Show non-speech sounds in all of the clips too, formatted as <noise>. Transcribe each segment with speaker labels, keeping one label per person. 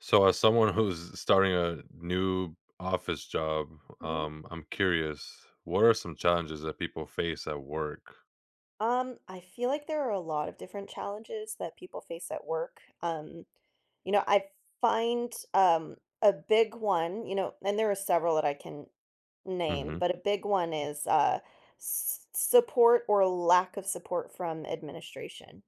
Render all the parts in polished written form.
Speaker 1: So, as someone who's starting a new office job,
Speaker 2: Mhm.
Speaker 1: I'm curious, what are some challenges that people face at work?
Speaker 2: I feel like there are a lot of different challenges that people face at work. I find a big one, you know, and there are several that I can name,
Speaker 1: Hmm.
Speaker 2: but a big one is s support or lack of support from administration.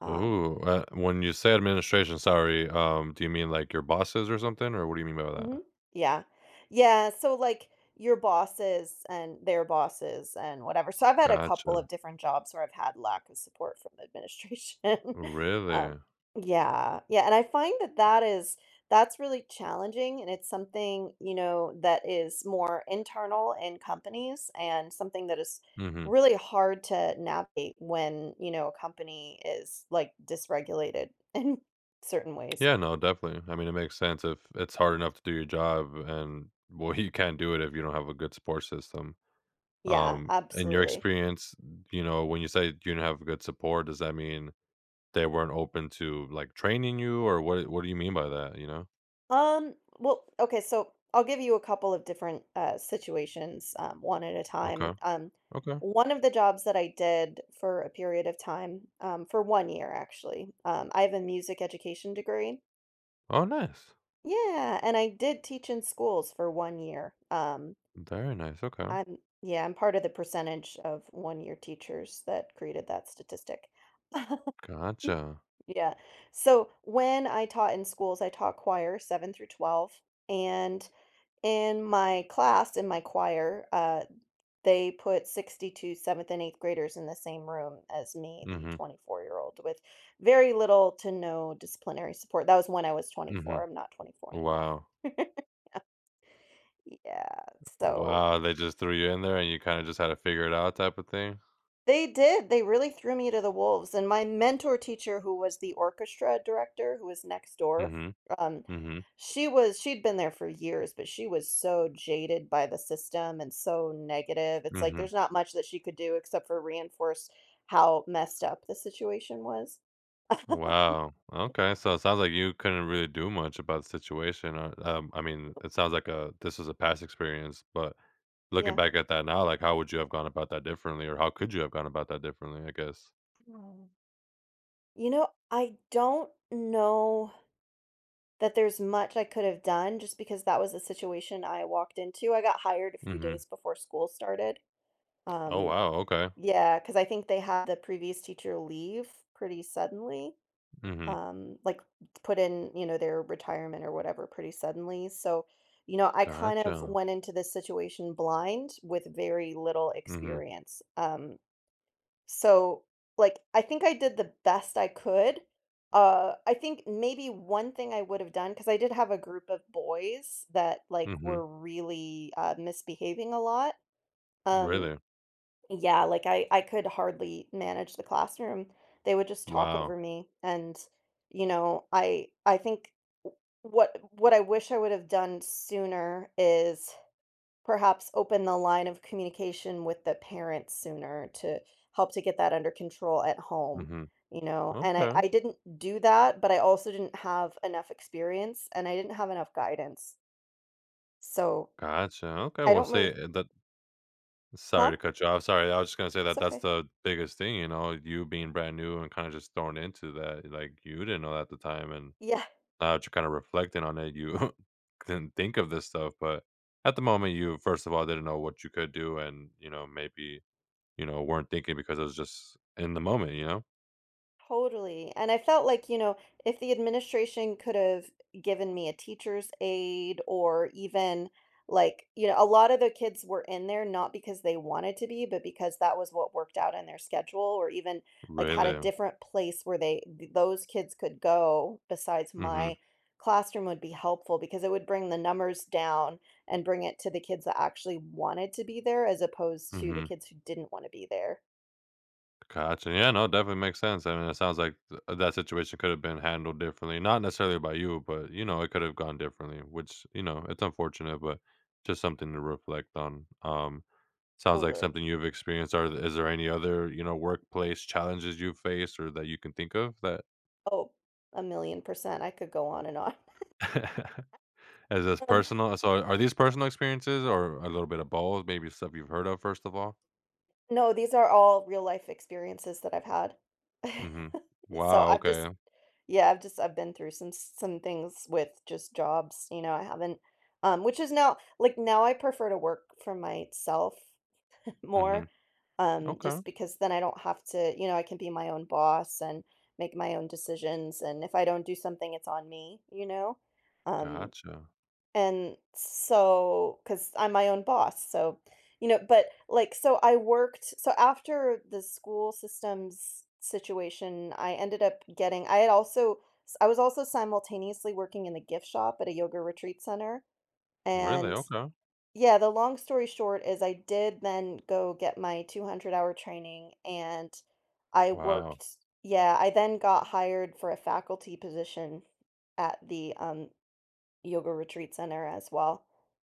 Speaker 2: Um,
Speaker 1: Ooh, when you say administration, sorry, do you mean like your bosses or something, or what do you mean by that?
Speaker 2: Mhm. Yeah. Yeah, so, like, your bosses and their bosses and whatever. So I've had a
Speaker 1: Gotcha.
Speaker 2: couple of different jobs where I've had lack of support from the administration. <laughs> Um,
Speaker 1: Really?
Speaker 2: yeah, yeah, and I find that that is that's really challenging, and it's something, you know, that is more internal in companies and something that is
Speaker 1: Hmm.
Speaker 2: really hard to navigate when, you know, a company is, like, dysregulated <laughs> in certain ways.
Speaker 1: Yeah, no, definitely. I mean, it makes sense if it's hard enough to do your job, and well, <laughs> you can't do it if you don't have a good support system.
Speaker 2: Yeah,
Speaker 1: In your
Speaker 2: absolutely.
Speaker 1: experience, you know, when you say you don't have good support, does that mean they weren't open to, like, training you, or what do you mean by that, you know?
Speaker 2: Well, okay, so I'll give you a couple of different situations, one at a
Speaker 1: Okay,
Speaker 2: time.
Speaker 1: okay.
Speaker 2: One of the jobs that I did for a period of time, for 1 year actually, I have a music education degree.
Speaker 1: Oh, nice.
Speaker 2: Yeah, and I did teach in schools for 1 year.
Speaker 1: Very nice, okay.
Speaker 2: I'm part of the percentage of one-year teachers that created that statistic. <laughs>
Speaker 1: Gotcha.
Speaker 2: Yeah. So when I taught in schools, I taught choir 7 through 12. And in my choir, they put 62 seventh and 8th graders in the same room as me, the
Speaker 1: Mhm,
Speaker 2: 24-year-old, with very little to no disciplinary support. That was when I was 24.
Speaker 1: mhm.
Speaker 2: I'm not 24 anymore.
Speaker 1: Wow.
Speaker 2: <laughs> Yeah, so
Speaker 1: Wow, they just threw you in there and you kinda just had to figure it out type of thing?
Speaker 2: they did. They really threw me to the wolves. And my mentor teacher, who was the orchestra director, who was next door,
Speaker 1: Mhm,
Speaker 2: um,
Speaker 1: mhm,
Speaker 2: she'd been there for years, but she was so jaded by the system and so negative. It's like
Speaker 1: mhm.
Speaker 2: there's not much that she could do except for reinforce how messed up the situation was. <laughs>
Speaker 1: Wow, okay, so it sounds like you couldn't really do much about the situation, or, I mean, it sounds like a this was a past experience, but looking
Speaker 2: Yeah.
Speaker 1: back at that now, like, how would you have gone about that differently, or how could you have gone about that differently, I guess?
Speaker 2: Mm. You know, I don't know that there's much I could have done just because that was a situation I walked into. I got hired a few
Speaker 1: Mhm.
Speaker 2: days before school started.
Speaker 1: Oh,
Speaker 2: Um,
Speaker 1: wow, okay.
Speaker 2: yeah, because I think they had the previous teacher leave pretty suddenly,
Speaker 1: Mhm.
Speaker 2: like put in, you know, their retirement or whatever pretty suddenly. So, you know, I kind of
Speaker 1: Gotcha.
Speaker 2: went into this situation blind with very little
Speaker 1: Mhm,
Speaker 2: experience. So, like, I think I did the best I could. I think maybe one thing I would have done, because I did have a group of boys that like
Speaker 1: mhm.
Speaker 2: were really misbehaving a lot. Um,
Speaker 1: Really?
Speaker 2: yeah, like I could hardly manage the classroom. They would just talk over
Speaker 1: Wow.
Speaker 2: me, and you know, I think what I wish I would have done sooner is perhaps open the line of communication with the parents sooner to help to get that under control at home,
Speaker 1: Mhm.
Speaker 2: you know? And I,
Speaker 1: Okay.
Speaker 2: I didn't do that, but I also didn't have enough experience and I didn't have enough guidance. So
Speaker 1: Gotcha, okay,
Speaker 2: I
Speaker 1: well,
Speaker 2: don't
Speaker 1: see,
Speaker 2: really,
Speaker 1: that sorry
Speaker 2: huh?
Speaker 1: to cut you off, sorry, I was just gonna say
Speaker 2: It's
Speaker 1: that that's
Speaker 2: okay.
Speaker 1: the biggest thing, you know, you being brand new and kinda just thrown into that, like, you didn't know that at the time, and
Speaker 2: Yeah.
Speaker 1: now that you're kinda reflecting on it, you <laughs> didn't think of this stuff, but at the moment, you, first of all, didn't know what you could do and, you know, maybe, you know, weren't thinking because it was just in the moment, you know?
Speaker 2: Totally. And I felt like, you know, if the administration could have given me a teacher's aide or even like, you know, a lot of the kids were in there not because they wanted to be, but because that was what worked out in their schedule or even like had a
Speaker 1: Really.
Speaker 2: different place where they those kids could go besides
Speaker 1: Mhm,
Speaker 2: my classroom would be helpful because it would bring the numbers down and bring it to the kids that actually wanted to be there as opposed to the
Speaker 1: mhm.
Speaker 2: kids who didn't want to be there.
Speaker 1: Gotcha. Yeah, no, definitely makes sense. I mean, it sounds like that situation could have been handled differently, not necessarily by you, but you know, it could have gone differently, which you know, it's unfortunate, but just something to reflect on. Sounds like
Speaker 2: Totally.
Speaker 1: something you've experienced. Is there any other you know workplace challenges you have faced or that you can think of that
Speaker 2: Oh, a 1,000,000%. I could go on and on. <laughs>
Speaker 1: <laughs> is this
Speaker 2: Um,
Speaker 1: personal? So, are these personal experiences or a little bit of both? Maybe stuff you've heard of first of all.
Speaker 2: no, these are all real life experiences that I've had. <laughs>
Speaker 1: Mm-hmm.
Speaker 2: So
Speaker 1: Wow.
Speaker 2: I've just
Speaker 1: Okay.
Speaker 2: Yeah, I've just I've been through some things with just jobs, you know, I haven't which is now like now I prefer to work for myself <laughs>
Speaker 1: Mm-hmm.
Speaker 2: more
Speaker 1: Okay.
Speaker 2: just because then I don't have to, you know, I can be my own boss and make my own decisions and if I don't do something it's on me, you know. Um
Speaker 1: Gotcha.
Speaker 2: and so, because I'm my own boss, so you know, but like, so I worked. So after the school systems situation, I ended up getting. I had also, I was also simultaneously working in the gift shop at a yoga retreat center.
Speaker 1: Really?
Speaker 2: And
Speaker 1: Okay.
Speaker 2: yeah, the long story short is, I did then go get my 200-hour training, and I
Speaker 1: Wow.
Speaker 2: worked. Yeah, I then got hired for a faculty position at the yoga retreat center as well.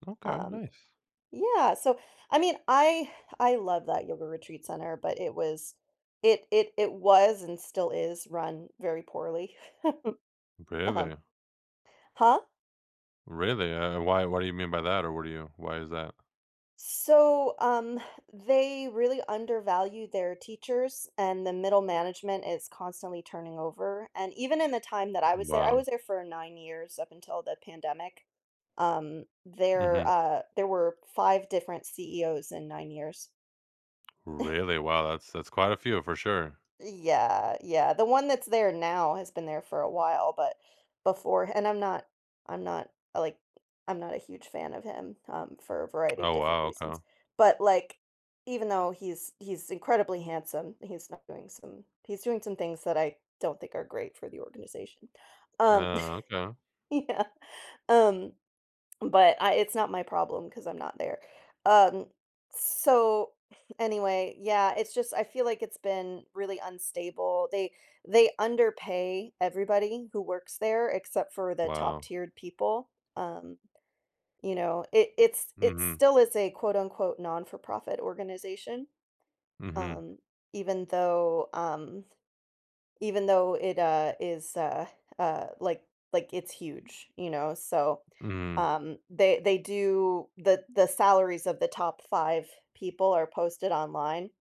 Speaker 1: Okay,
Speaker 2: Um,
Speaker 1: nice.
Speaker 2: yeah, so I mean, I love that yoga retreat center, but it was and still is run very poorly. <laughs> Um,
Speaker 1: Really?
Speaker 2: huh?
Speaker 1: Really? Why what do you mean by that or what do you why is that?
Speaker 2: So, they really undervalue their teachers, and the middle management is constantly turning over. And even in the time that I
Speaker 1: Wow.
Speaker 2: was there for 9 years up until the pandemic. Um, there
Speaker 1: Hmm.
Speaker 2: uh, there were five different CEOs in 9 years.
Speaker 1: Really? Wow, that's quite a few for sure.
Speaker 2: Yeah, yeah. The one that's there now has been there for a while, but before and I'm not uh, like I'm not a huge fan of him for a variety of
Speaker 1: Oh
Speaker 2: different
Speaker 1: wow,
Speaker 2: reasons.
Speaker 1: okay.
Speaker 2: But like even though he's incredibly handsome, he's doing some things that I don't think are great for the organization. Um
Speaker 1: Okay.
Speaker 2: <laughs> yeah. Um but I it's not my problem because 'cause I'm not there. Um, so <laughs> anyway, yeah, it's just I feel like it's been really unstable. They underpay everybody who works there except for the
Speaker 1: Wow.
Speaker 2: top-tiered people. Um, you know, it
Speaker 1: Hmm.
Speaker 2: still is a quote unquote "non-for-profit" organization,
Speaker 1: Hmm.
Speaker 2: um, even though, um even though it, is, uh, like like, it's huge, you know, so,
Speaker 1: Hmm.
Speaker 2: they do the salaries of the top 5 people are posted online.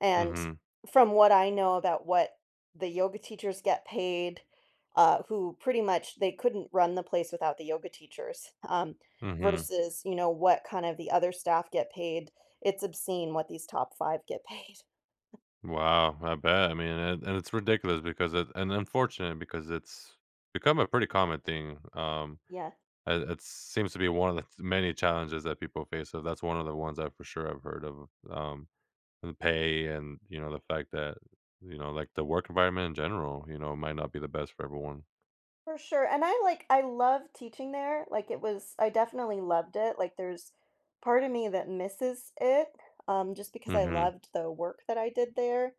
Speaker 2: And
Speaker 1: Hmm.
Speaker 2: from what I know about what the yoga teachers get paid, who pretty much they couldn't run the place without the yoga teachers,
Speaker 1: Hmm.
Speaker 2: versus, you know, what kind of the other staff get paid, it's obscene what these top five get paid. <laughs>
Speaker 1: Wow, I bet. I mean, and it's ridiculous because it and unfortunate because it's become a pretty common thing.
Speaker 2: Yeah.
Speaker 1: It seems to be one of the many challenges that people face. So that's one of the ones I for sure I've heard of. And the pay and, you know, the fact that, you know, like, the work environment in general, you know, might not be the best for everyone.
Speaker 2: For sure, and I like I love teaching there, like, it was I definitely loved it, like, there's part of me that misses it, just because I
Speaker 1: Mhm,
Speaker 2: loved the work that I did there,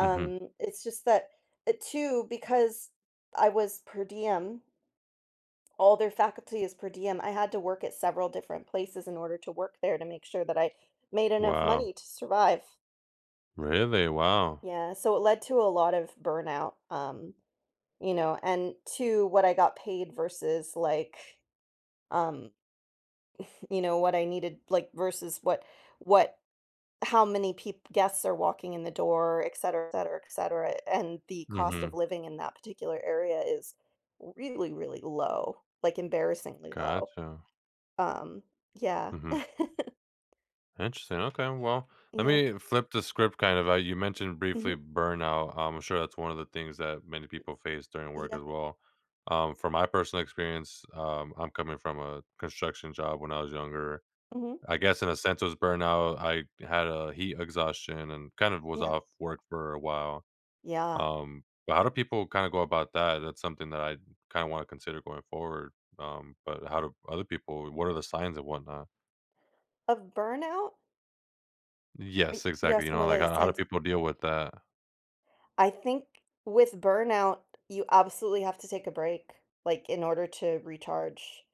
Speaker 1: mhm.
Speaker 2: it's just that too, because I was per diem, all their faculty is per diem, I had to work at several different places in order to work there to make sure that I made enough
Speaker 1: Wow.
Speaker 2: money to survive.
Speaker 1: Really? Wow.
Speaker 2: Yeah, so it led to a lot of burnout, you know, and to what I got paid versus, like, um you know, what I needed, like versus what how many people guests are walking in the door, et cetera, et cetera, et cetera. And the cost of
Speaker 1: Mhm.
Speaker 2: living in that particular area is really, really low, like embarrassingly low.
Speaker 1: Gotcha.
Speaker 2: Um, yeah.
Speaker 1: Mhm.
Speaker 2: <laughs>
Speaker 1: Interesting, okay, well, let
Speaker 2: Yeah.
Speaker 1: me flip the script kind of, you mentioned briefly
Speaker 2: Hmm.
Speaker 1: burnout. I'm sure that's one of the things that many people face during work
Speaker 2: Yeah.
Speaker 1: as well. From my personal experience, I'm coming from a construction job when I was younger.
Speaker 2: Hmm.
Speaker 1: I guess in a sense it was burnout. I had a heat exhaustion and kind of was
Speaker 2: Yeah.
Speaker 1: off work for a while.
Speaker 2: Yeah.
Speaker 1: But how do people kind of go about that? That's something that I kind of want to consider going forward. But how do other people? What are the signs and whatnot?
Speaker 2: Of burnout?
Speaker 1: Yes,
Speaker 2: You're
Speaker 1: exactly. You
Speaker 2: asking
Speaker 1: know, like
Speaker 2: whether the
Speaker 1: how do
Speaker 2: signs.
Speaker 1: people deal with that?
Speaker 2: I think with burnout, you absolutely have to take a break, like in order to recharge.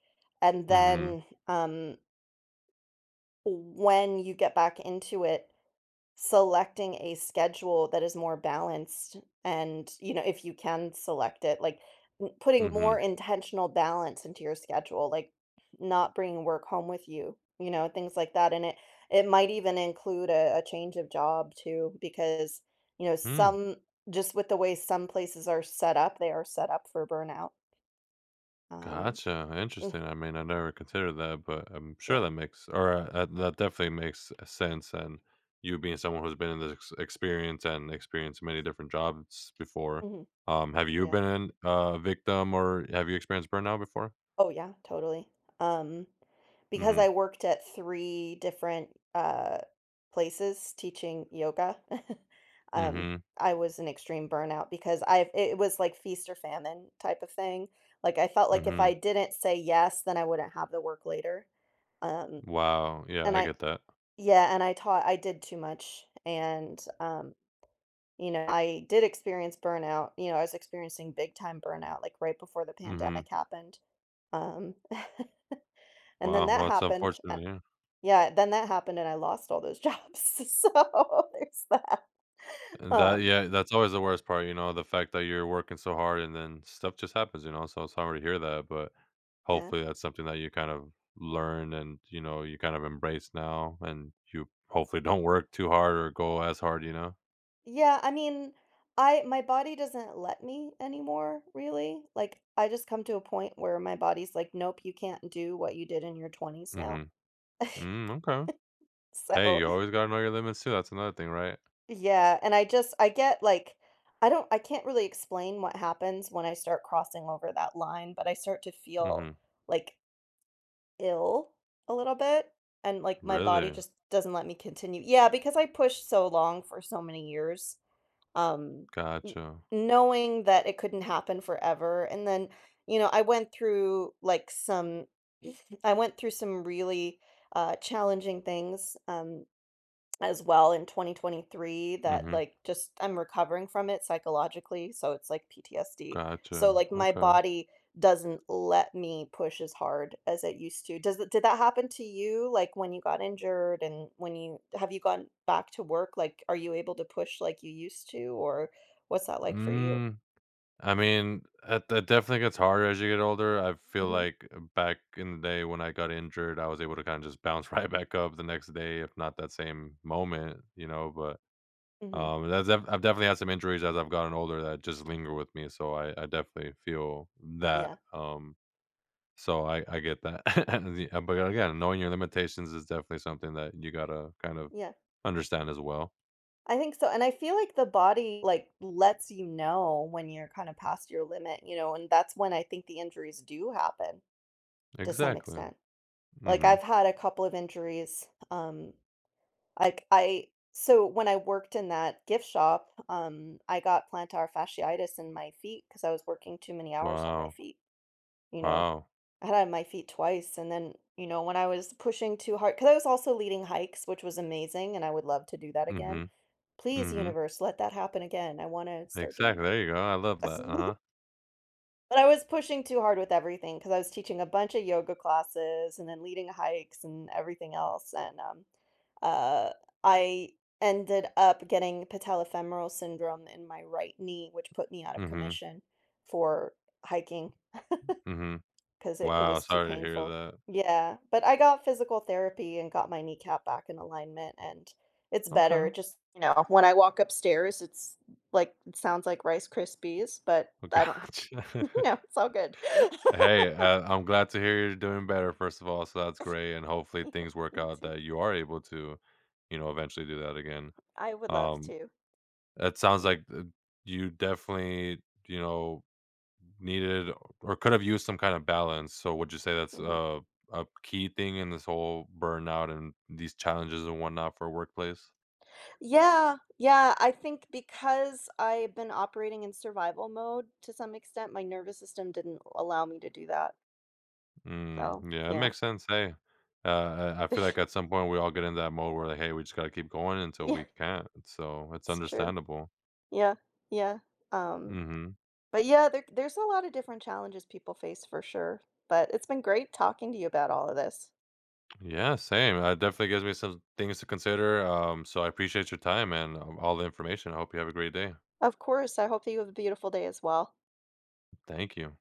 Speaker 2: And
Speaker 1: Mm-hmm.
Speaker 2: then, when you get back into it, selecting a schedule that is more balanced and, you know, if you can select it, like putting more
Speaker 1: Mm-hmm.
Speaker 2: intentional balance into your schedule, like not bringing work home with you, you know, things like that. And it might even include a change of job too, because, you know,
Speaker 1: Hmm.
Speaker 2: some just with the way some places are set up, they are set up for burnout. Um,
Speaker 1: Gotcha,
Speaker 2: mm,
Speaker 1: interesting. I mean, I never considered that, but I'm sure
Speaker 2: yeah.
Speaker 1: that makes or that definitely makes sense. And you being someone who's been experience and experienced many different jobs before,
Speaker 2: Mhm,
Speaker 1: have you
Speaker 2: yeah.
Speaker 1: been a victim or have you experienced burnout before?
Speaker 2: Oh, yeah, totally. Um, because
Speaker 1: Mm-hmm.
Speaker 2: I worked at 3 different, places teaching yoga, <laughs> um,
Speaker 1: Mm-hmm.
Speaker 2: I was an extreme burnout because I it was like feast or famine type of thing. Like, I felt like if
Speaker 1: Mm-hmm.
Speaker 2: I didn't say yes, then I wouldn't have the work later. Um,
Speaker 1: Wow. Yeah,
Speaker 2: and
Speaker 1: I
Speaker 2: I
Speaker 1: get that.
Speaker 2: yeah, and I taught I did too much, and, you know, I did experience burnout, you know, I was experiencing big time burnout, like, right before the
Speaker 1: Mm-hmm.
Speaker 2: pandemic happened, um <laughs> and then
Speaker 1: Wow.
Speaker 2: that
Speaker 1: Well, it's
Speaker 2: happened, and
Speaker 1: unfortunate. Yeah.
Speaker 2: yeah, then that happened and I lost all those jobs, <laughs> so <laughs> there's that.
Speaker 1: And that
Speaker 2: Um,
Speaker 1: yeah, that's always the worst part, you know, the fact that you're working so hard and then stuff just happens, you know, so it's hard to hear that, but
Speaker 2: yeah.
Speaker 1: hopefully that's something that you kind of learn and, you know, you kind of embrace now and you hopefully don't work too hard or go as hard, you know?
Speaker 2: Yeah, I mean, I my body doesn't let me anymore, really. Like, I just come to a point where my body's like, "Nope, you can't do what you did in your 20s now."
Speaker 1: Mhm.
Speaker 2: <laughs>
Speaker 1: Mm, okay. Hey,
Speaker 2: So,
Speaker 1: you always gotta know your limits too, that's another thing, right?
Speaker 2: yeah, and I just I get like I don't I can't really explain what happens when I start crossing over that line, but I start to feel
Speaker 1: Mhm.
Speaker 2: like ill a little bit and like my body
Speaker 1: Really?
Speaker 2: just doesn't let me continue. Yeah, because I pushed so long for so many years, um, n-
Speaker 1: Gotcha.
Speaker 2: knowing that it couldn't happen forever. And then, you know, I went through like some, <sniffs> <laughs> I went through some really challenging things. As well, in 2023, that
Speaker 1: Mhm.
Speaker 2: like just I'm recovering from it psychologically, so it's like PTSD. So
Speaker 1: Gotcha.
Speaker 2: like my
Speaker 1: Okay.
Speaker 2: body doesn't let me push as hard as it used to. Does it, did that happen to you like when you got injured and when you have you gone back to work like are you able to push like you used to or what's that like for you?
Speaker 1: Mm. I mean, it definitely gets harder as you get older. I feel
Speaker 2: Mhm.
Speaker 1: like back in the day when I got injured, I was able to kind of just bounce <laughs> right back up the next day, if not that same moment, you know. But
Speaker 2: Mhm.
Speaker 1: I've definitely had some injuries as I've gotten older that just linger with me. So I definitely feel that.
Speaker 2: Yeah.
Speaker 1: So I get that. <laughs> And but again, knowing your limitations is definitely something that you gotta kind of
Speaker 2: Yeah.
Speaker 1: understand as well.
Speaker 2: I think so. And I feel like the body like lets you know when you're kind of past your limit, you know, and that's when I think the injuries do happen to some
Speaker 1: Exactly.
Speaker 2: extent. Like,
Speaker 1: Mm-hmm.
Speaker 2: I've had a couple of injuries, like, I so when I worked in that gift shop, I got plantar fasciitis in my feet because I was working too many hours on my
Speaker 1: Wow.
Speaker 2: feet, you know?
Speaker 1: Wow.
Speaker 2: I had it on my feet twice, and then, you know, when I was pushing too hard, because I was also leading hikes, which was amazing, and I would love to do that
Speaker 1: Mm-hmm.
Speaker 2: again. Please,
Speaker 1: Mm-hmm.
Speaker 2: universe, let that happen again. I wanna start doing
Speaker 1: Exactly,
Speaker 2: that
Speaker 1: there you go, I love that,
Speaker 2: again.
Speaker 1: uh-huh.
Speaker 2: <laughs> But I was pushing too hard with everything because I was teaching a bunch of yoga classes and then leading hikes and everything else, and, uh, I ended up getting patellofemoral syndrome in my right knee, which put me out of
Speaker 1: Mhm,
Speaker 2: commission for hiking
Speaker 1: mhm.
Speaker 2: 'cause it
Speaker 1: Wow,
Speaker 2: was too
Speaker 1: sorry to hear
Speaker 2: painful.
Speaker 1: that.
Speaker 2: Yeah, but I got physical therapy and got my kneecap back in alignment, and it's better,
Speaker 1: Okay,
Speaker 2: It just, you know, when I walk upstairs, it's like it sounds like Rice Krispies, but
Speaker 1: well,
Speaker 2: I don't.
Speaker 1: gotcha.
Speaker 2: <laughs> No,
Speaker 1: <laughs>
Speaker 2: it's all good. <laughs>
Speaker 1: Hey, I'm glad to hear you're doing better, first of all, so that's great, and hopefully
Speaker 2: Yeah,
Speaker 1: things work
Speaker 2: me
Speaker 1: out
Speaker 2: too.
Speaker 1: that you are able to, you know, eventually do that again.
Speaker 2: I would love
Speaker 1: Um,
Speaker 2: to.
Speaker 1: it sounds
Speaker 2: Yeah,
Speaker 1: like, you definitely, you know, needed or could have used some kind of balance, so would you say that's
Speaker 2: mhm.
Speaker 1: a key thing in this whole burnout and these challenges and whatnot for a workplace?
Speaker 2: Yeah, yeah, I think because I've been operating in survival mode to some extent, my nervous system didn't allow me to do that.
Speaker 1: Mm,
Speaker 2: So,
Speaker 1: yeah, it
Speaker 2: yeah.
Speaker 1: makes sense. Hey, uh, I feel like at
Speaker 2: <laughs>
Speaker 1: some point we all get in that mode where like, hey, we just gotta keep going until
Speaker 2: Yeah,
Speaker 1: we can't. So it's
Speaker 2: it's true.
Speaker 1: understandable.
Speaker 2: Yeah, yeah, um,
Speaker 1: Hmm.
Speaker 2: but yeah, there's a lot of different challenges people face for sure, but it's been great talking to you about all of this.
Speaker 1: Yeah, same. That definitely gives me some things to consider. So I appreciate your time and all the information. I hope you have a great day.
Speaker 2: Of course, I hope that you have a beautiful day as well.
Speaker 1: Thank you.